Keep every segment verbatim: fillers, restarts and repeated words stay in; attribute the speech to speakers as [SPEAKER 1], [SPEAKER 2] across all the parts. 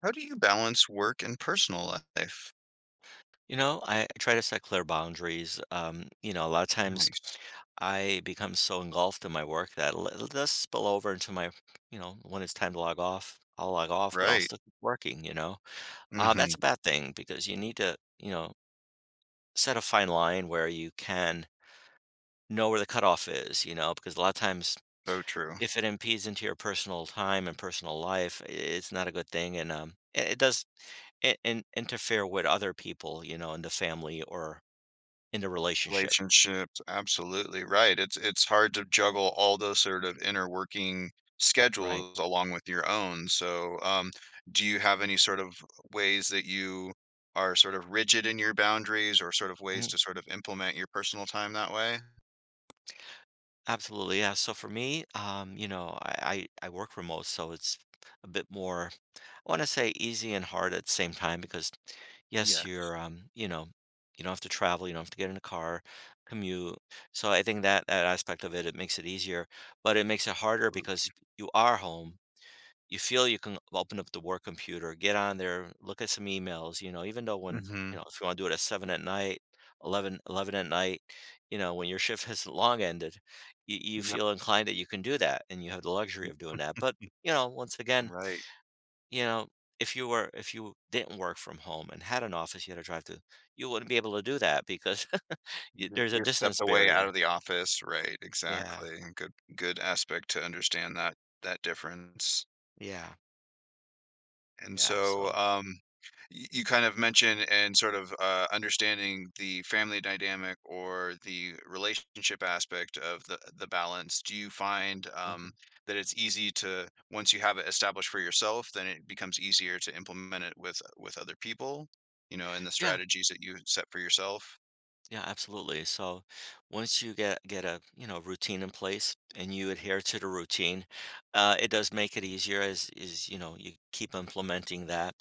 [SPEAKER 1] How do you balance work and personal life?
[SPEAKER 2] You know, I I try to set clear boundaries. Um, you know, a lot of times
[SPEAKER 1] Nice.
[SPEAKER 2] I become so engulfed in my work that l- it does spill over into my, you know, when it's time to log off, I'll log off, but I'll
[SPEAKER 1] Right.
[SPEAKER 2] still keep working, you know. Um,
[SPEAKER 1] Mhm.
[SPEAKER 2] that's a bad thing because you need to, you know, set a fine line where you can know where the cutoff is, you know, because a lot of times
[SPEAKER 1] So true.
[SPEAKER 2] if it impedes into your personal time and personal life, i- it's not a good thing. And um, it it does in, interfere with other people, you know, in the family or in the relationship.
[SPEAKER 1] Relationships, absolutely right. It's it's hard to juggle all those sort of inner working
[SPEAKER 2] Right.
[SPEAKER 1] schedules along with your own. So, um, do you have any sort of ways that you are sort of rigid in your boundaries or sort of ways
[SPEAKER 2] Mhm.
[SPEAKER 1] to sort of implement your personal time that way?
[SPEAKER 2] Absolutely. Yeah. So for me, um, you know, I, I, I work remote, so it's a bit more, I want to say easy and hard at the same time because yes,
[SPEAKER 1] Yes.
[SPEAKER 2] you're, um, you know, you don't have to travel, you don't have to get in a car, commute. So I think that that aspect of it, it makes it easier, but it makes it harder because you are home, you feel you can open up the work computer, get on there, look at some emails, you know, even though when, you
[SPEAKER 1] Mhm.
[SPEAKER 2] know, if you want to do it at seven at night, eleven, eleven at night, you know, when your shift has long ended, you, you
[SPEAKER 1] Yep.
[SPEAKER 2] feel inclined that you can do that and you have the luxury of doing that. But, you know, once again,
[SPEAKER 1] Right.
[SPEAKER 2] you know, if you were, if you didn't work from home and had an office you had to drive to, you wouldn't be able to do that because y-
[SPEAKER 1] You
[SPEAKER 2] there's a
[SPEAKER 1] you stepped
[SPEAKER 2] distance
[SPEAKER 1] away out
[SPEAKER 2] barrier.
[SPEAKER 1] of the office, right,
[SPEAKER 2] Yeah.
[SPEAKER 1] exactly, good good aspect to understand that that difference,
[SPEAKER 2] Yeah.
[SPEAKER 1] and
[SPEAKER 2] Yeah.
[SPEAKER 1] so,
[SPEAKER 2] So,
[SPEAKER 1] um, you you kind of mentioned and sort of, uh, understanding the family dynamic or the relationship aspect of the the balance, do you find, um,
[SPEAKER 2] mhm.
[SPEAKER 1] that it's easy to once you have it established for yourself, then it becomes easier to implement it with with other people, you know, and the
[SPEAKER 2] Yeah.
[SPEAKER 1] strategies that you set for yourself?
[SPEAKER 2] Yeah, absolutely. So once you get get a you know routine in place and you adhere to the routine, uh, it does make it easier as is you know you keep implementing that.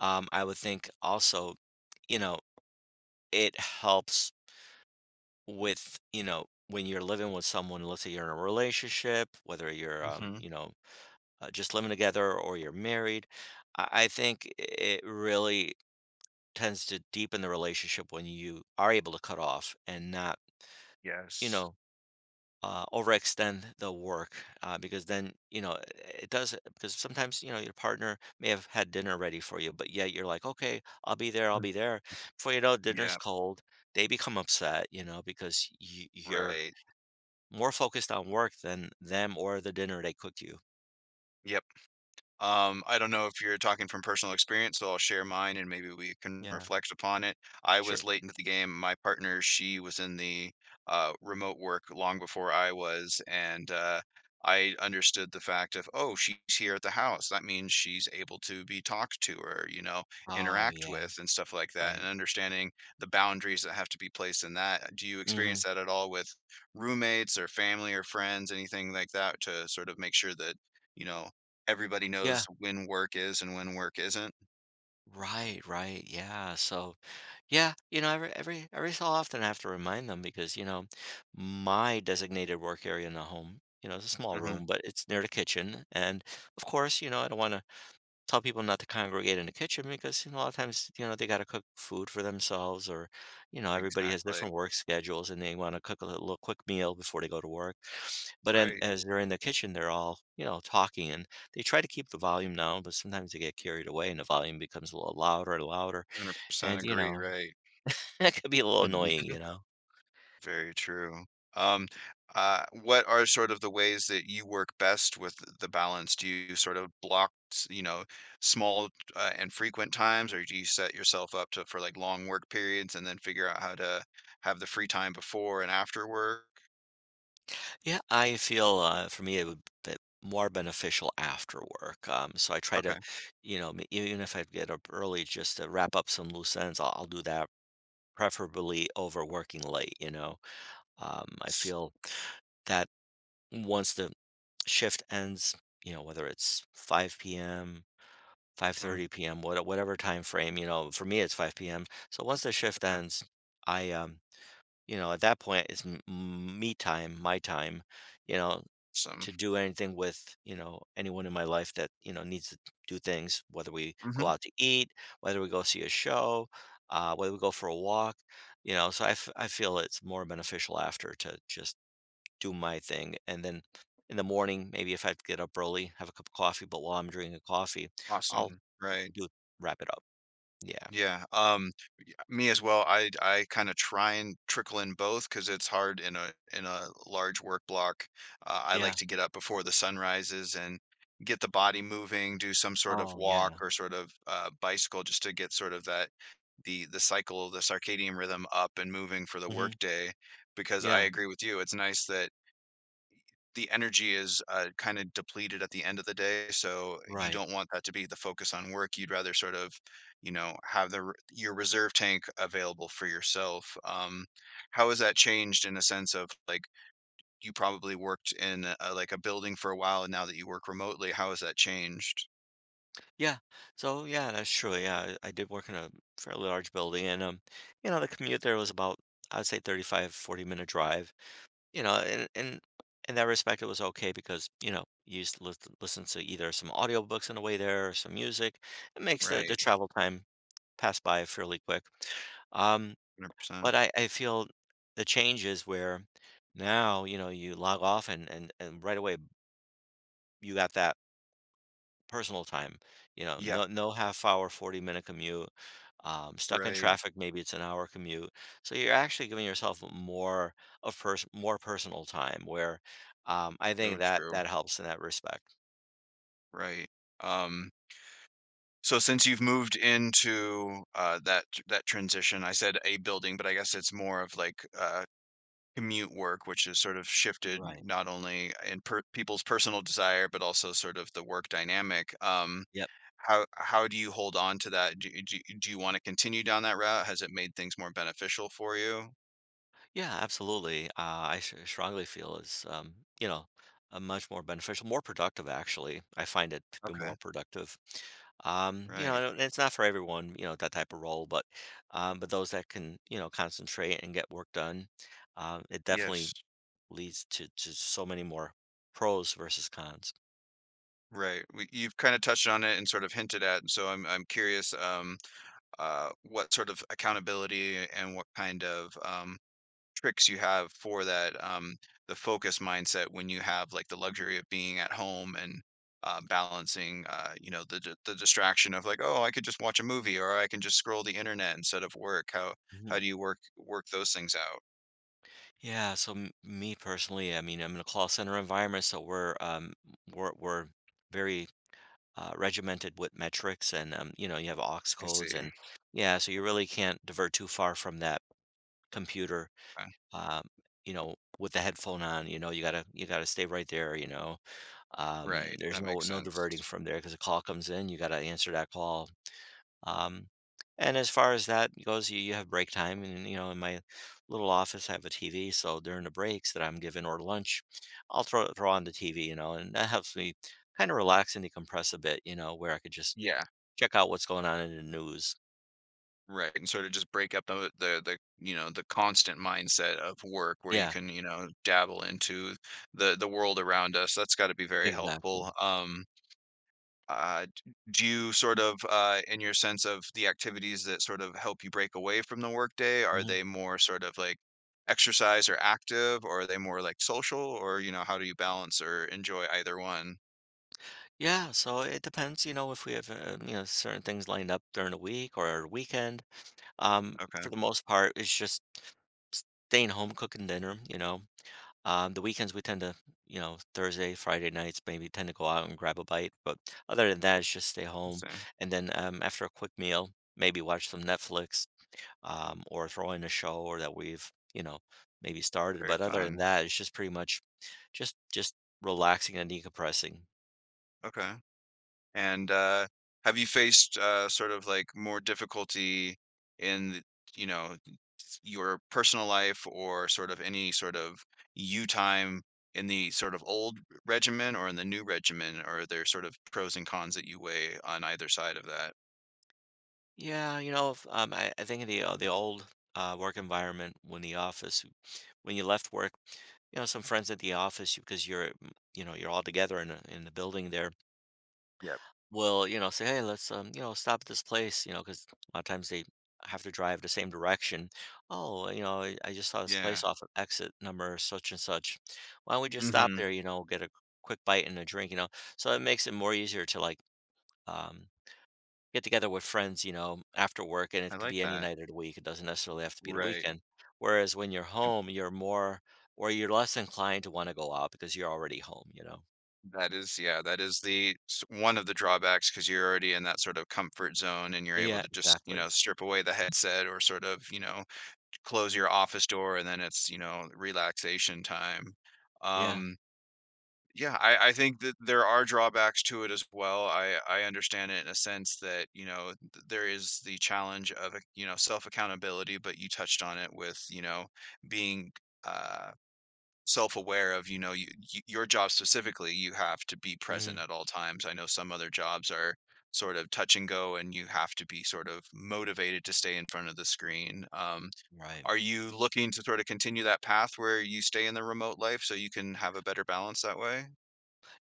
[SPEAKER 2] Um, I would think also, you know it helps with, you know when you're living with someone. Let's say you're in a relationship, whether you're, um,
[SPEAKER 1] Mhm,
[SPEAKER 2] you know uh, just living together or you're married. I, I think it really tends to deepen the relationship when you are able to cut off and not, you
[SPEAKER 1] yes.
[SPEAKER 2] know uh, overextend the work, uh, because then, you know it does, because sometimes, you know your partner may have had dinner ready for you, but yet you're like, "Okay, I'll be there, I'll
[SPEAKER 1] Mm,
[SPEAKER 2] be there." Before you know it,
[SPEAKER 1] yeah.
[SPEAKER 2] dinner's cold, they become upset, you know because you, you're
[SPEAKER 1] Right.
[SPEAKER 2] more focused on work than them or the dinner they cooked you.
[SPEAKER 1] Yep. Um, I don't know if you're talking from personal experience, so I'll share mine and maybe we can
[SPEAKER 2] Yeah.
[SPEAKER 1] reflect upon it. I
[SPEAKER 2] Sure.
[SPEAKER 1] was late into the game. My partner, she was in the uh, remote work long before I was, and uh, I understood the fact of, oh, she's here at the house. That means she's able to be talked to or, you know,
[SPEAKER 2] Oh,
[SPEAKER 1] interact
[SPEAKER 2] yeah.
[SPEAKER 1] with and stuff like that,
[SPEAKER 2] Right.
[SPEAKER 1] and understanding the boundaries that have to be placed in that. Do you
[SPEAKER 2] Hmm.
[SPEAKER 1] experience that at all with roommates or family or friends, anything like that, to sort of make sure that you know everybody
[SPEAKER 2] Yeah.
[SPEAKER 1] knows when work is and when work isn't.
[SPEAKER 2] Right, right. Yeah. So, yeah, you know, every every every so often I have to remind them because, you know, my designated work area in the home, you know, it's a small
[SPEAKER 1] Mhm.
[SPEAKER 2] room, but it's near the kitchen. And of course, you know, I don't want to tell people not to congregate in the kitchen because, you know, a lot of times, you know, they got to cook food for themselves, or, you know, everybody has
[SPEAKER 1] Exactly.
[SPEAKER 2] different work schedules and they want to cook a little, little quick meal before they go to work. But then,
[SPEAKER 1] Right.
[SPEAKER 2] as they're in the kitchen, they're all, you know, talking, and they try to keep the volume down, but sometimes they get carried away and the volume becomes a little louder and louder.
[SPEAKER 1] one hundred percent
[SPEAKER 2] And, you
[SPEAKER 1] agree,
[SPEAKER 2] know,
[SPEAKER 1] right.
[SPEAKER 2] that could be a little
[SPEAKER 1] Mhm.
[SPEAKER 2] annoying, you know?
[SPEAKER 1] Very true. Um, uh, what are sort of the ways that you work best with the balance? Do you sort of block, s you know, small, uh, and frequent times, or do you set yourself up to for, like, long work periods and then figure out how to have the free time before and after work?
[SPEAKER 2] Yeah, I feel, uh, for me, it would be more beneficial after work. Um, so I try to,
[SPEAKER 1] Okay.
[SPEAKER 2] you know, m- even if I get up early just to wrap up some loose ends, I'll, I'll do that preferably over working late, you know? Um, I
[SPEAKER 1] S-
[SPEAKER 2] feel that once the shift ends, you know, whether it's five p m,
[SPEAKER 1] Mm,
[SPEAKER 2] five thirty p m, what, whatever time frame, you know, for me it's five p m. So once the shift
[SPEAKER 1] okay.
[SPEAKER 2] ends, I um You know, at that point, it's m m me time, my time, you know,
[SPEAKER 1] Awesome.
[SPEAKER 2] to do anything with, you know, anyone in my life that, you know, needs to do things, whether we go
[SPEAKER 1] Mhm.
[SPEAKER 2] out to eat, whether we go see a show, uh, whether we go for a walk, you know, so I f I feel it's more beneficial after to just do my thing, and then in the morning, maybe if I have to get up early, have a cup of coffee, but while I'm drinking coffee, I'll
[SPEAKER 1] Awesome. Right.
[SPEAKER 2] do wrap it up. Yeah.
[SPEAKER 1] Yeah, um, y me as well, I I kinda try and trickle in both because it's hard in a in a large work block. Uh, I like
[SPEAKER 2] Yeah.
[SPEAKER 1] to get up before the sun rises and get the body moving, do some sort of
[SPEAKER 2] Oh,
[SPEAKER 1] walk
[SPEAKER 2] yeah.
[SPEAKER 1] or sort of, uh, bicycle just to get sort of that the the cycle, the circadian rhythm up and moving for the
[SPEAKER 2] Mhm.
[SPEAKER 1] workday because I
[SPEAKER 2] Yeah.
[SPEAKER 1] agree with you, it's nice that the energy is, uh, kinda depleted at the end of the day, so you
[SPEAKER 2] Right.
[SPEAKER 1] don't want that to be the focus on work. You'd rather sort of, you know, have the re your reserve tank available for yourself. Um, how has that changed in a sense of, like, you probably worked in a like, a building for a while, and now that you work remotely, how has that changed?
[SPEAKER 2] Yeah. So yeah, that's true. Yeah, I, I did work in a fairly large building and, um, you know, the commute there was about, I'd say, thirty-five, forty minute drive. You know, and and in that respect it was okay because, you know, you used to lis- listen to either some audiobooks on the way there or some music. It makes the, the
[SPEAKER 1] Right,
[SPEAKER 2] travel time pass by fairly quick. Um,
[SPEAKER 1] one hundred percent.
[SPEAKER 2] but I, I feel the change is where now, you know, you log off, and and, and right away you got that personal time, you know,
[SPEAKER 1] Yeah,
[SPEAKER 2] no no half hour, forty-minute commute, um, stuck in
[SPEAKER 1] right.
[SPEAKER 2] traffic, maybe it's an hour commute, so you're actually giving yourself more, of pers more personal time where, um, I
[SPEAKER 1] Oh,
[SPEAKER 2] think that
[SPEAKER 1] true,
[SPEAKER 2] that helps in that respect.
[SPEAKER 1] right. Um, so since you've moved into, uh, that that transition I said a building, but I guess it's more of like, uh commute work, which has sort of shifted
[SPEAKER 2] Right.
[SPEAKER 1] not only in per- people's personal desire, but also sort of the work dynamic. Um,
[SPEAKER 2] Yeah.
[SPEAKER 1] how how do you hold on to that? Do, do, do you want to continue down that route? Has it made things more beneficial for you?
[SPEAKER 2] Yeah, absolutely. Uh, I sh- strongly feel is, um, you know, a much more beneficial, more productive, actually. I find it to be more
[SPEAKER 1] Okay,
[SPEAKER 2] productive. Um, you
[SPEAKER 1] right.
[SPEAKER 2] know, and it's not for everyone, you know, that type of role, but, um, but those that can, you know, concentrate and get work done, um, it definitely
[SPEAKER 1] Yes.
[SPEAKER 2] leads to to so many more pros versus cons.
[SPEAKER 1] Right. We, you've kind of touched on it and sort of hinted at, so I'm I'm curious um, uh, what sort of accountability and what kind of um, tricks you have for that um the focus mindset when you have like the luxury of being at home and uh, balancing uh you know the di- the distraction of like oh I could just watch a movie or I can just scroll the internet instead of work how
[SPEAKER 2] Mhm.
[SPEAKER 1] how do you work work those things out.
[SPEAKER 2] Yeah, so m- me personally, I mean, I'm in a call center environment, so we're um we're we're very, uh, regimented with metrics and, um, you know you have aux
[SPEAKER 1] I see.
[SPEAKER 2] codes, and yeah, so you really can't divert too far from that computer.
[SPEAKER 1] Uh,
[SPEAKER 2] um, you know with the headphone on, you know you gotta you gotta stay right there, you know um,
[SPEAKER 1] right,
[SPEAKER 2] there's
[SPEAKER 1] that
[SPEAKER 2] no
[SPEAKER 1] makes
[SPEAKER 2] no diverting
[SPEAKER 1] sense.
[SPEAKER 2] from there because a call comes in, you gotta answer that call. um, and as far as that goes, you, you have break time, and you know in my little office I have a TV, so during the breaks that I'm given or lunch, I'll throw, throw on the TV, you know and that helps me kind of relax and decompress a bit, you know where I could just
[SPEAKER 1] Yeah,
[SPEAKER 2] check out what's going on in the news.
[SPEAKER 1] right, and sort of just break up the the the you know the constant mindset of work where you
[SPEAKER 2] Yeah,
[SPEAKER 1] can you know dabble into the the world around us. That's got to be very
[SPEAKER 2] exactly.
[SPEAKER 1] helpful. Um Uh, d- do you sort of, uh, in your sense of the activities that sort of help you break away from the workday, are
[SPEAKER 2] Mhm.
[SPEAKER 1] they more sort of like exercise or active, or are they more like social, or you know, how do you balance or enjoy either one?
[SPEAKER 2] Yeah, so it depends, you know, if we have, uh, you know, certain things lined up during the week or our weekend. Um,
[SPEAKER 1] Okay,
[SPEAKER 2] for the most part, it's just staying home, cooking dinner, you know. Um, the weekends we tend to, you know, Thursday, Friday nights maybe tend to go out and grab a bite, but other than that, it's just stay
[SPEAKER 1] that's
[SPEAKER 2] home.
[SPEAKER 1] uh,
[SPEAKER 2] And then, um, after a quick meal, maybe watch some Netflix, um, or throwing a show or that we've, you know maybe started,
[SPEAKER 1] very
[SPEAKER 2] but other than
[SPEAKER 1] fun.
[SPEAKER 2] that it's just pretty much just just relaxing and decompressing.
[SPEAKER 1] Okay, and uh, have you faced uh, sort of like more difficulty in, the- you know, your personal life or sort of any sort of you time in the sort of old regimen or in the new regimen? Or are there sort of pros and cons that you weigh on either side of that?
[SPEAKER 2] Yeah, you know if, um, I, I think in the, uh, the old, uh, work environment, when the office, when you left work, you know some friends at the office, because you're, mm, you know you're all together in, a, in the building there
[SPEAKER 1] Yep.
[SPEAKER 2] will, you know, say, "Hey, let's, um, you know, stop at this place," you know, because a lot of times they have to drive the same direction. "Oh, you know, I I just saw this place
[SPEAKER 1] Yeah.
[SPEAKER 2] off of exit number such and such. Why don't we just stop
[SPEAKER 1] Hmm.
[SPEAKER 2] there, you know, get a quick bite and a drink," you know? So it makes it more easier to, like, um, get together with friends, you know, after work, and
[SPEAKER 1] I
[SPEAKER 2] it could
[SPEAKER 1] like
[SPEAKER 2] be any
[SPEAKER 1] that.
[SPEAKER 2] night of the week. It doesn't necessarily have to be the
[SPEAKER 1] Right.
[SPEAKER 2] weekend. Whereas when you're
[SPEAKER 1] And
[SPEAKER 2] home, you're more, or you're less inclined to wanna go out because you're already home, you know?
[SPEAKER 1] that is, yeah, that is the s- one of the drawbacks because you're already in that sort of comfort zone and you're able
[SPEAKER 2] Yeah,
[SPEAKER 1] to just, you
[SPEAKER 2] exactly.
[SPEAKER 1] know, strip away the headset or sort of, you know, close your office door and then it's, you know, relaxation time.
[SPEAKER 2] Yeah.
[SPEAKER 1] Um, Yeah, I I think that there are drawbacks to it as well. I I understand it in a sense that, you know, th- there is the challenge of, ac- you know, self-accountability, but you touched on it with, you know, being uh self-aware of, you know, you, y your job specifically, you have to be present
[SPEAKER 2] Mhm.
[SPEAKER 1] at all times. I know some other jobs are sort of touch and go and you have to be sort of motivated to stay in front of the screen. Um,
[SPEAKER 2] Right.
[SPEAKER 1] are you looking to sort of continue that path where you stay in the remote life so you can have a better balance that way?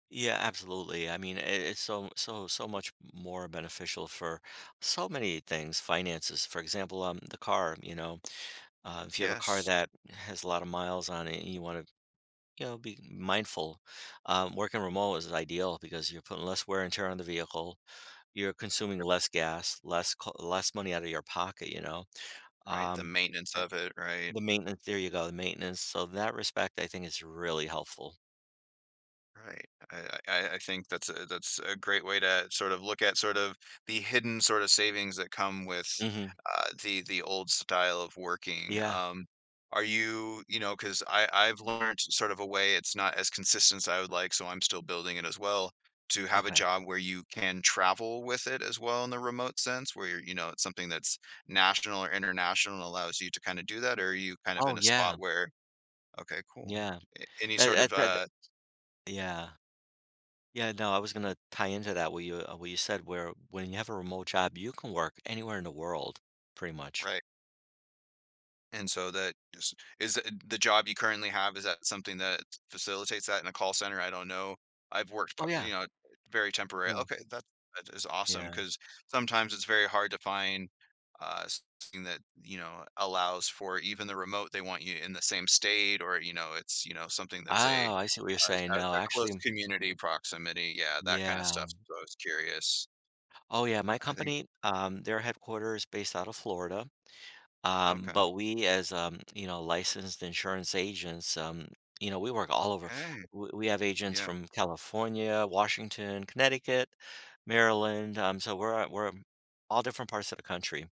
[SPEAKER 2] Yeah, absolutely. I mean, it, it's so so so much more beneficial for so many things. Finances, for example, um, the car. You know, uh, if you have a car
[SPEAKER 1] Yes.
[SPEAKER 2] that has a lot of miles on it, and you want to, you know, be mindful. Um, working remote is ideal because you're putting less wear and tear on the vehicle. You're consuming
[SPEAKER 1] Yep.
[SPEAKER 2] less gas, less co- less money out of your pocket. You know,
[SPEAKER 1] Right. The
[SPEAKER 2] um,
[SPEAKER 1] maintenance
[SPEAKER 2] uh,
[SPEAKER 1] of it. Right.
[SPEAKER 2] the maintenance. There you go, the maintenance. So in that respect, I think is really helpful.
[SPEAKER 1] Right. I, I, I I think that's a, that's a great way to sort of look at sort of the hidden sort of savings that come with
[SPEAKER 2] Hmm.
[SPEAKER 1] uh, the the old style of working.
[SPEAKER 2] Yeah.
[SPEAKER 1] Um, are you you know because I I've learned sort of a way it's not as consistent as I would like, so I'm still building it as well. To have a
[SPEAKER 2] Okay.
[SPEAKER 1] job where you can travel with it as well in the remote sense, where you're, you know it's something that's national or international and allows you to kind of do that, or are you kind of
[SPEAKER 2] Oh,
[SPEAKER 1] in a spot
[SPEAKER 2] yeah.
[SPEAKER 1] where okay, cool.
[SPEAKER 2] Yeah.
[SPEAKER 1] A any sort of,
[SPEAKER 2] That that that
[SPEAKER 1] uh
[SPEAKER 2] yeah. Yeah, no, I was gonna tie into that, what you uh, what you said, where when you have a remote job, you can work anywhere in the world pretty much.
[SPEAKER 1] right, and so that is is the the job you currently have, is that something that facilitates that in a call center? I don't know. I've worked
[SPEAKER 2] Oh,
[SPEAKER 1] pa
[SPEAKER 2] yeah.
[SPEAKER 1] you know, very temporary
[SPEAKER 2] Yeah.
[SPEAKER 1] okay, that that is awesome,
[SPEAKER 2] Yeah.
[SPEAKER 1] because sometimes it's very hard to find, uh, something that, you know, allows for even the remote, they want you in the same state or, you know, it's, you know, something that's a
[SPEAKER 2] Oh, I see what you're saying.
[SPEAKER 1] a
[SPEAKER 2] No,
[SPEAKER 1] a close
[SPEAKER 2] actually,
[SPEAKER 1] community proximity, yeah, that kinda
[SPEAKER 2] yeah.
[SPEAKER 1] stuff, so I was curious.
[SPEAKER 2] Oh, yeah, my
[SPEAKER 1] I think
[SPEAKER 2] company, um, their headquarters is based out of Florida. Um,
[SPEAKER 1] okay.
[SPEAKER 2] but we, as, um, you know, licensed insurance agents, um, you know, we work all over.
[SPEAKER 1] Okay.
[SPEAKER 2] W- We have agents
[SPEAKER 1] Yeah.
[SPEAKER 2] from California, Washington, Connecticut, Maryland. Um, so we're we're all different parts of the country.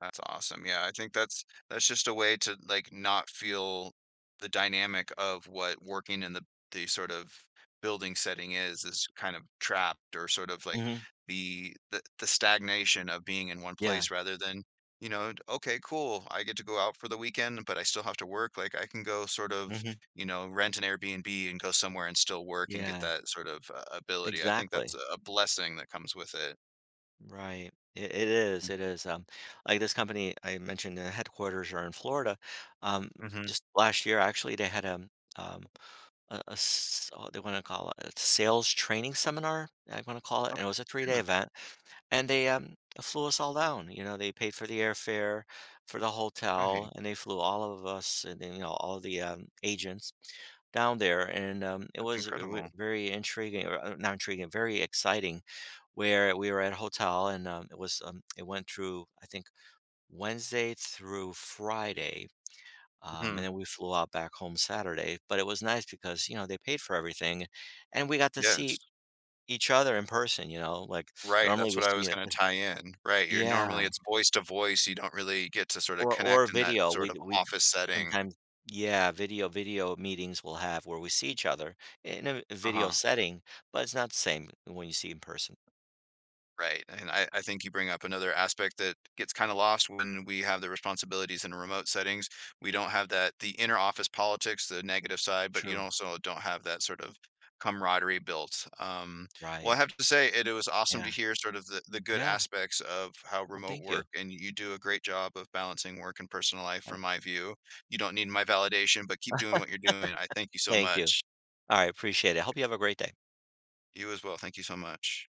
[SPEAKER 1] That's awesome. Yeah, I think that's that's just a way to like not feel the dynamic of what working in the the sort of building setting is is kind of trapped or sort of like
[SPEAKER 2] Hmm.
[SPEAKER 1] the the, the stagnation of being in one
[SPEAKER 2] Yeah.
[SPEAKER 1] place rather than you know okay cool I get to go out for the weekend but I still have to work like I can go sort of
[SPEAKER 2] Hmm.
[SPEAKER 1] you know rent an airbnb and go somewhere and still work and get
[SPEAKER 2] Yeah.
[SPEAKER 1] that sort of uh, ability I think
[SPEAKER 2] Exactly.
[SPEAKER 1] that's a a blessing that comes with it.
[SPEAKER 2] Right. It, it is. It is. Um, like this company I mentioned, the headquarters are in Florida. Um,
[SPEAKER 1] Mm-hmm.
[SPEAKER 2] just last year, actually, they had a um, a a s uh, they wanna call it a sales training seminar, I wanna call it, and it
[SPEAKER 1] Okay,
[SPEAKER 2] was a three-day
[SPEAKER 1] yeah,
[SPEAKER 2] event, and they, um, flew us all down, you know, they paid for the airfare, for the
[SPEAKER 1] right,
[SPEAKER 2] hotel, and they flew all of us, and then, you know, all the, um, agents down there, and, um, it
[SPEAKER 1] that's
[SPEAKER 2] was it
[SPEAKER 1] incredible.
[SPEAKER 2] very intriguing, or, uh, not intriguing, very exciting, where we were at a hotel, and, um, it was, um it went through, I think, Wednesday through Friday. Um,
[SPEAKER 1] Hmm,
[SPEAKER 2] and then we flew out back home Saturday. But it was nice because, you know, they paid for everything, and we got to
[SPEAKER 1] yes.
[SPEAKER 2] see each other in person, you know, like
[SPEAKER 1] Right,
[SPEAKER 2] normally
[SPEAKER 1] that's
[SPEAKER 2] we
[SPEAKER 1] what I
[SPEAKER 2] see
[SPEAKER 1] was
[SPEAKER 2] a
[SPEAKER 1] gonna tie in. Right, you're normally
[SPEAKER 2] yeah.
[SPEAKER 1] it's voice to voice, you don't really get to sorta
[SPEAKER 2] Or or
[SPEAKER 1] connect in that
[SPEAKER 2] video. We
[SPEAKER 1] sort of
[SPEAKER 2] we
[SPEAKER 1] office setting.
[SPEAKER 2] sometimes, yeah, video video meetings we'll have, where we see each other in a video
[SPEAKER 1] Uh-huh.
[SPEAKER 2] setting, but it's not the same when you see in person.
[SPEAKER 1] Right, and I I think you bring up another aspect that gets kinda lost when we have the responsibilities in remote settings. We don't have that the inner office politics, the negative side, but you
[SPEAKER 2] True.
[SPEAKER 1] also don't have that sort of camaraderie built. Um, well,
[SPEAKER 2] Right.
[SPEAKER 1] I have to say it it was awesome
[SPEAKER 2] Yeah.
[SPEAKER 1] to hear sort of the the good
[SPEAKER 2] Yeah.
[SPEAKER 1] aspects of how
[SPEAKER 2] Well,
[SPEAKER 1] remote
[SPEAKER 2] thank you.
[SPEAKER 1] work and you do a great job of balancing work and personal life
[SPEAKER 2] I,
[SPEAKER 1] from my view. You don't need my validation, but keep doing what you're doing. I thank you so
[SPEAKER 2] thank you.
[SPEAKER 1] much.
[SPEAKER 2] All right. Appreciate it. Hope you have a great day.
[SPEAKER 1] You as well, thank you so much.